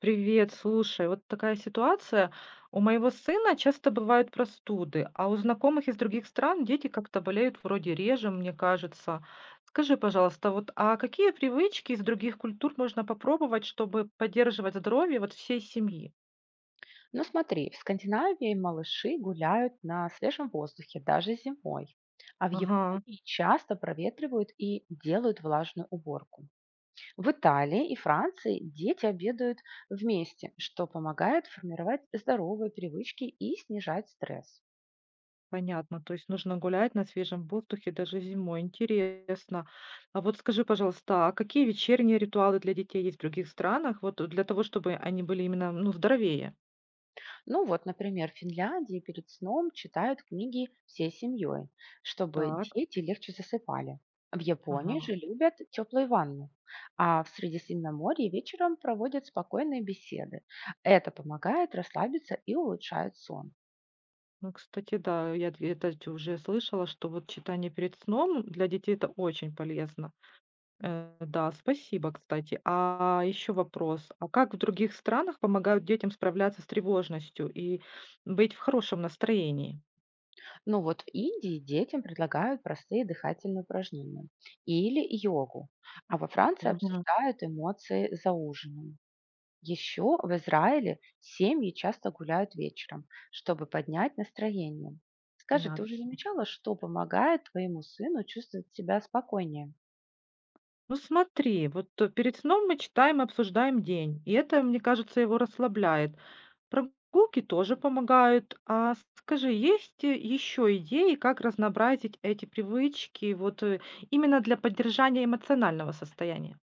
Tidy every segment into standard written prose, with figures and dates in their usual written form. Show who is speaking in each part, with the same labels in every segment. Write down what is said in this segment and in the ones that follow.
Speaker 1: Привет, слушай, вот такая ситуация. У моего сына часто бывают простуды, а у знакомых из других стран дети как-то болеют вроде реже, мне кажется. Скажи, пожалуйста, вот а какие привычки из других культур можно попробовать, чтобы поддерживать здоровье вот всей семьи?
Speaker 2: Ну смотри, в Скандинавии малыши гуляют на свежем воздухе даже зимой, а в
Speaker 1: Ага,
Speaker 2: Японии часто проветривают и делают влажную уборку. В Италии и Франции дети обедают вместе, что помогает формировать здоровые привычки и снижать стресс.
Speaker 1: понятно. То есть нужно гулять на свежем воздухе даже зимой. Интересно. А вот скажи, пожалуйста, а какие вечерние ритуалы для детей есть в других странах, вот для того, чтобы они были именно, ну, здоровее?
Speaker 2: Ну вот, например, в Финляндии перед сном читают книги всей семьей, чтобы
Speaker 1: Так.
Speaker 2: дети легче засыпали. В Японии же
Speaker 1: Ага.
Speaker 2: любят теплые ванны, а в Средиземноморье вечером проводят спокойные беседы. Это помогает расслабиться и улучшает сон.
Speaker 1: Ну, кстати, да, я д это ть уже слышала, что вот читание перед сном для детей это очень полезно. Да, спасибо, кстати. А еще вопрос: а как в других странах помогают детям справляться с тревожностью и быть в хорошем настроении?
Speaker 2: Ну вот в Индии детям предлагают простые дыхательные упражнения или йогу, а во Франции
Speaker 1: Мгм.
Speaker 2: обсуждают эмоции за ужином. Еще в Израиле семьи часто гуляют вечером, чтобы поднять настроение. Скажи, ты
Speaker 1: Понятно.
Speaker 2: уже замечала, что помогает твоему сыну чувствовать себя спокойнее?
Speaker 1: Ну смотри, вот, перед сном мы читаем и обсуждаем день, и это, мне кажется, его расслабляет. Прогулки тоже помогают. А скажи, есть еще идеи, как разнообразить эти привычки вот, именно для поддержания эмоционального состояния?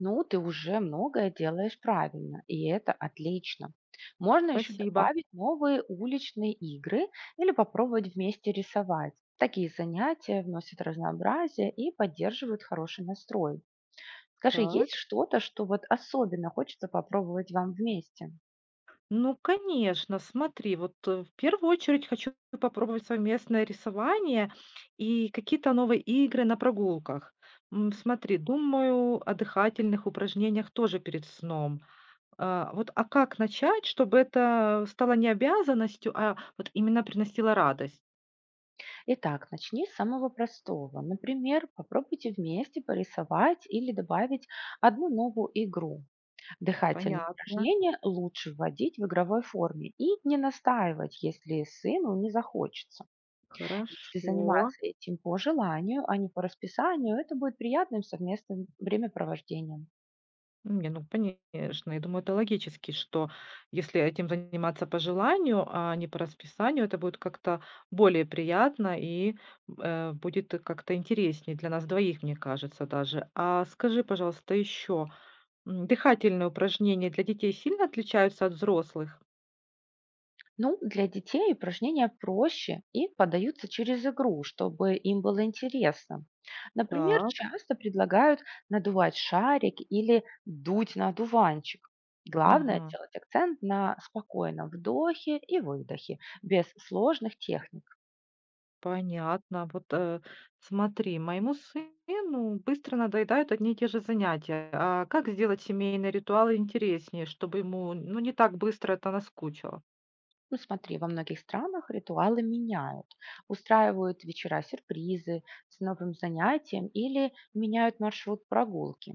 Speaker 2: Ну, ты уже многое делаешь правильно, и это отлично. Можно еще
Speaker 1: Спасибо.
Speaker 2: добавить новые уличные игры или попробовать вместе рисовать. Такие занятия вносят разнообразие и поддерживают хороший настрой. Скажи, есть
Speaker 1: Так.
Speaker 2: что-то, что вот особенно хочется попробовать вам вместе?
Speaker 1: Ну, конечно, смотри, вот, в первую очередь хочу попробовать совместное рисование и какие-то новые игры на прогулках. М, смотри, думаю о дыхательных упражнениях тоже перед сном. А, вот, а как начать, чтобы это стало не обязанностью, а вот именно приносило радость?
Speaker 2: Итак, начни с самого простого. Например, попробуйте вместе порисовать или добавить одну новую игру. Дыхательные
Speaker 1: Понятно,
Speaker 2: упражнения лучше вводить в игровой форме и не настаивать, если сыну не захочется. Если
Speaker 1: хорошо.
Speaker 2: заниматься этим по желанию, а не по расписанию, это будет приятным совместным времяпровождением.
Speaker 1: Не, ну конечно. Я думаю, это логически, что если этим заниматься по желанию, а не по расписанию, это будет как-то более приятно и, будет как-то интереснее для нас двоих, мне кажется, даже. А скажи, пожалуйста, еще, дыхательные упражнения для детей сильно отличаются от взрослых?
Speaker 2: Ну, для детей упражнения проще и подаются через игру, чтобы им было интересно. Например,
Speaker 1: Так.
Speaker 2: часто предлагают надувать шарик или дуть на дуванчик. Главное
Speaker 1: Ага.
Speaker 2: делать акцент на спокойном вдохе и выдохе, без сложных техник.
Speaker 1: Понятно. Вот, смотри, моему сыну быстро надоедают одни и те же занятия. А как сделать семейные ритуалы интереснее, чтобы ему, ну, не так быстро это наскучило?
Speaker 2: Ну, смотри, во многих странах ритуалы меняют. Устраивают вечера сюрпризы с новым занятием или меняют маршрут прогулки.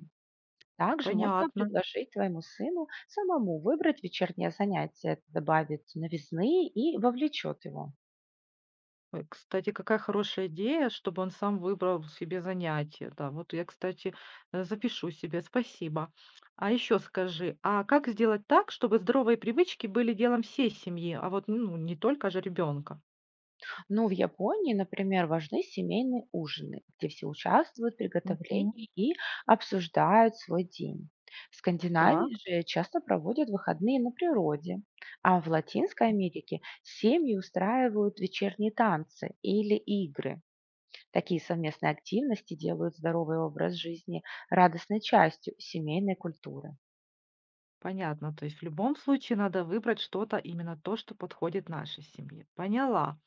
Speaker 2: Также можно
Speaker 1: Понятно.
Speaker 2: предложить твоему сыну самому выбрать вечернее занятие. Это добавит новизны и вовлечет его.
Speaker 1: Ой, кстати, какая хорошая идея, чтобы он сам выбрал себе занятие. Да, вот я, кстати, запишу себе. Спасибо. А еще скажи, а как сделать так, чтобы здоровые привычки были делом всей семьи, а вот, ну, не только же ребенка?
Speaker 2: Но в Японии, например, важны семейные ужины, где все участвуют в
Speaker 1: Мгм.
Speaker 2: приготовлении и обсуждают свой день. В
Speaker 1: Да.
Speaker 2: Скандинавии же часто проводят выходные на природе, а в Латинской Америке семьи устраивают вечерние танцы или игры. Такие совместные активности делают здоровый образ жизни радостной частью семейной культуры.
Speaker 1: Понятно, то есть в любом случае надо выбрать что-то, именно то, что подходит нашей семье. Поняла.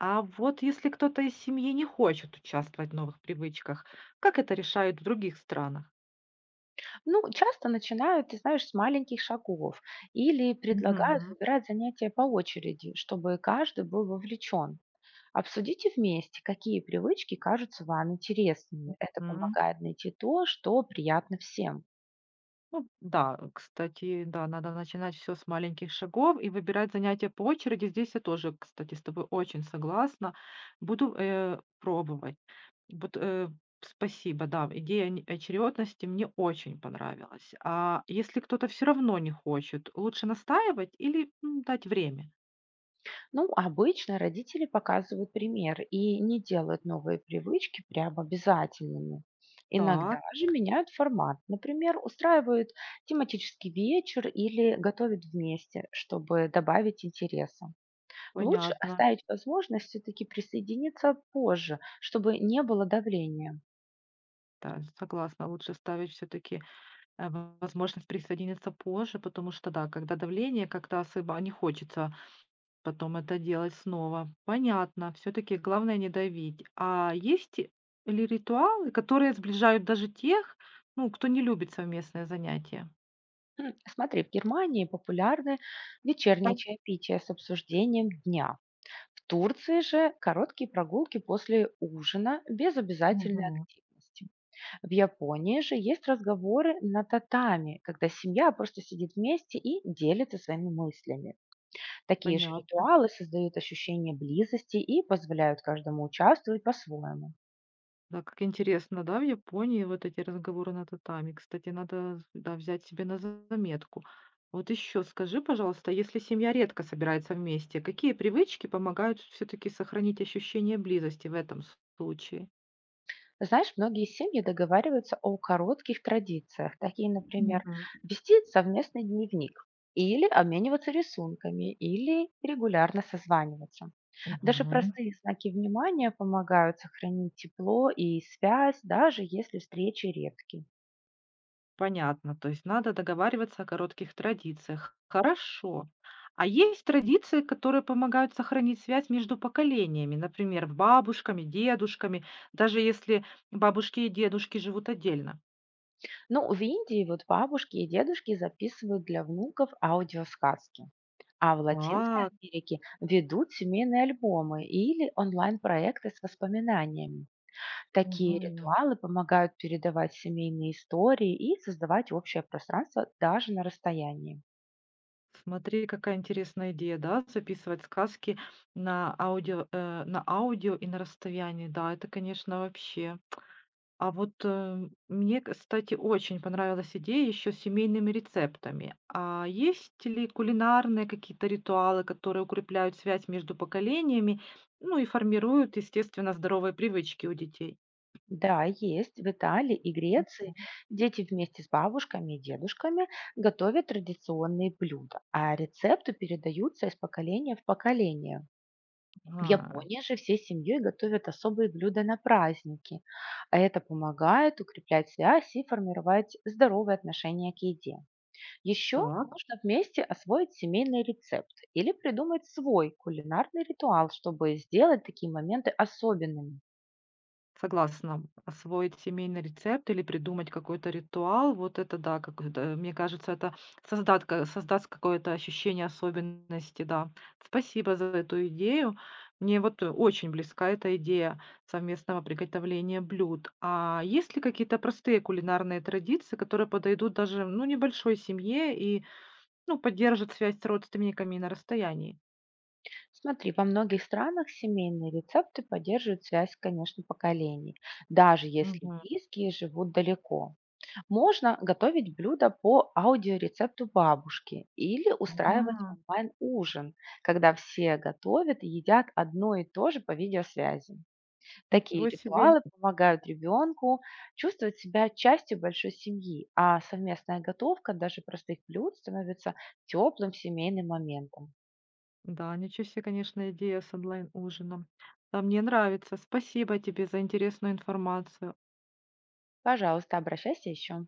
Speaker 1: А вот если кто-то из семьи не хочет участвовать в новых привычках, как это решают в других странах?
Speaker 2: Ну, часто начинают, ты знаешь, с маленьких шагов или предлагают
Speaker 1: Мгм.
Speaker 2: выбирать занятия по очереди, чтобы каждый был вовлечен. Обсудите вместе, какие привычки кажутся вам интересными. Это
Speaker 1: М.
Speaker 2: помогает найти то, что приятно всем.
Speaker 1: Ну, да, кстати, да, надо начинать все с маленьких шагов и выбирать занятия по очереди. Здесь я тоже, кстати, с тобой очень согласна. Буду пробовать. Вот, спасибо, да, идея очередности мне очень понравилась. А если кто-то все равно не хочет, лучше настаивать или дать время?
Speaker 2: Ну, обычно родители показывают пример и не делают новые привычки прям обязательными. Иногда
Speaker 1: Так,
Speaker 2: же меняют формат. Например, устраивают тематический вечер или готовят вместе, чтобы добавить интереса. Лучше
Speaker 1: понятно.
Speaker 2: оставить возможность все-таки присоединиться позже, чтобы не было давления.
Speaker 1: Да, согласна, лучше ставить все-таки возможность присоединиться позже, потому что, да, когда давление, как-то особо не хочется потом это делать снова. Понятно, все-таки главное не давить. А есть ли ритуалы, которые сближают даже тех, ну, кто не любит совместное занятие?
Speaker 2: Смотри, в Германии популярны вечерние чаепития с обсуждением дня. В Турции же короткие прогулки после ужина без обязательной
Speaker 1: Мгм.
Speaker 2: активности. В Японии же есть разговоры на татами, когда семья просто сидит вместе и делится своими мыслями. Такие же
Speaker 1: Понятно.
Speaker 2: ритуалы создают ощущение близости и позволяют каждому участвовать по-своему.
Speaker 1: Да, как интересно, да, в Японии вот эти разговоры на татами. Кстати, надо, да, взять себе на заметку. Вот еще скажи, пожалуйста, если семья редко собирается вместе, какие привычки помогают все-таки сохранить ощущение близости в этом случае?
Speaker 2: Знаешь, многие семьи договариваются о коротких традициях, такие, например,
Speaker 1: Мгм.
Speaker 2: вести совместный дневник или обмениваться рисунками, или регулярно созваниваться. Даже
Speaker 1: Мгм.
Speaker 2: простые знаки внимания помогают сохранить тепло и связь, даже если встречи редкие.
Speaker 1: Понятно, то есть надо договариваться о коротких традициях. Хорошо. А есть традиции, которые помогают сохранить связь между поколениями, например, бабушками, дедушками, даже если бабушки и дедушки живут отдельно.
Speaker 2: Ну, в Индии вот бабушки и дедушки записывают для внуков аудиосказки, а в Латинской
Speaker 1: Так,
Speaker 2: Америке ведут семейные альбомы или онлайн-проекты с воспоминаниями. Такие
Speaker 1: мгм.
Speaker 2: ритуалы помогают передавать семейные истории и создавать общее пространство даже на расстоянии.
Speaker 1: Смотри, какая интересная идея, да, записывать сказки на аудио, на аудио и на расстоянии. Да, это, конечно, вообще. А вот, мне, кстати, очень понравилась идея еще с семейными рецептами. А есть ли кулинарные какие-то ритуалы, которые укрепляют связь между поколениями, ну и формируют, естественно, здоровые привычки у детей?
Speaker 2: Да, есть. В Италии и Греции
Speaker 1: Мгм.
Speaker 2: дети вместе с бабушками и дедушками готовят традиционные блюда, а рецепты передаются из поколения в поколение. В
Speaker 1: Ага,
Speaker 2: Японии же всей семьей готовят особые блюда на праздники, а это помогает укреплять связь и формировать здоровые отношения к еде. Еще
Speaker 1: так.
Speaker 2: можно вместе освоить семейный рецепт или придумать свой кулинарный ритуал, чтобы сделать такие моменты особенными.
Speaker 1: Согласна. Освоить семейный рецепт или придумать какой-то ритуал, вот это да, как это, мне кажется, это создат ка создаст какое-то ощущение особенности, да. Спасибо за эту идею. Мне вот очень близка эта идея совместного приготовления блюд. А есть ли какие-то простые кулинарные традиции, которые подойдут даже, ну, небольшой семье и, ну, поддержат связь с родственниками на расстоянии?
Speaker 2: Смотри, во многих странах семейные рецепты поддерживают связь, конечно, поколений, даже если
Speaker 1: Мгм.
Speaker 2: близкие живут далеко. Можно готовить блюдо по аудиорецепту бабушки или устраивать
Speaker 1: Ага,
Speaker 2: онлайн-ужин, когда все готовят и едят одно и то же по видеосвязи. Такие
Speaker 1: ничего себе.
Speaker 2: ритуалы помогают ребенку чувствовать себя частью большой семьи, а совместная готовка даже простых блюд становится теплым семейным моментом.
Speaker 1: Да, ничего себе, конечно, идея с онлайн-ужином. Да, мне нравится. Спасибо тебе за интересную информацию.
Speaker 2: Пожалуйста, обращайся еще.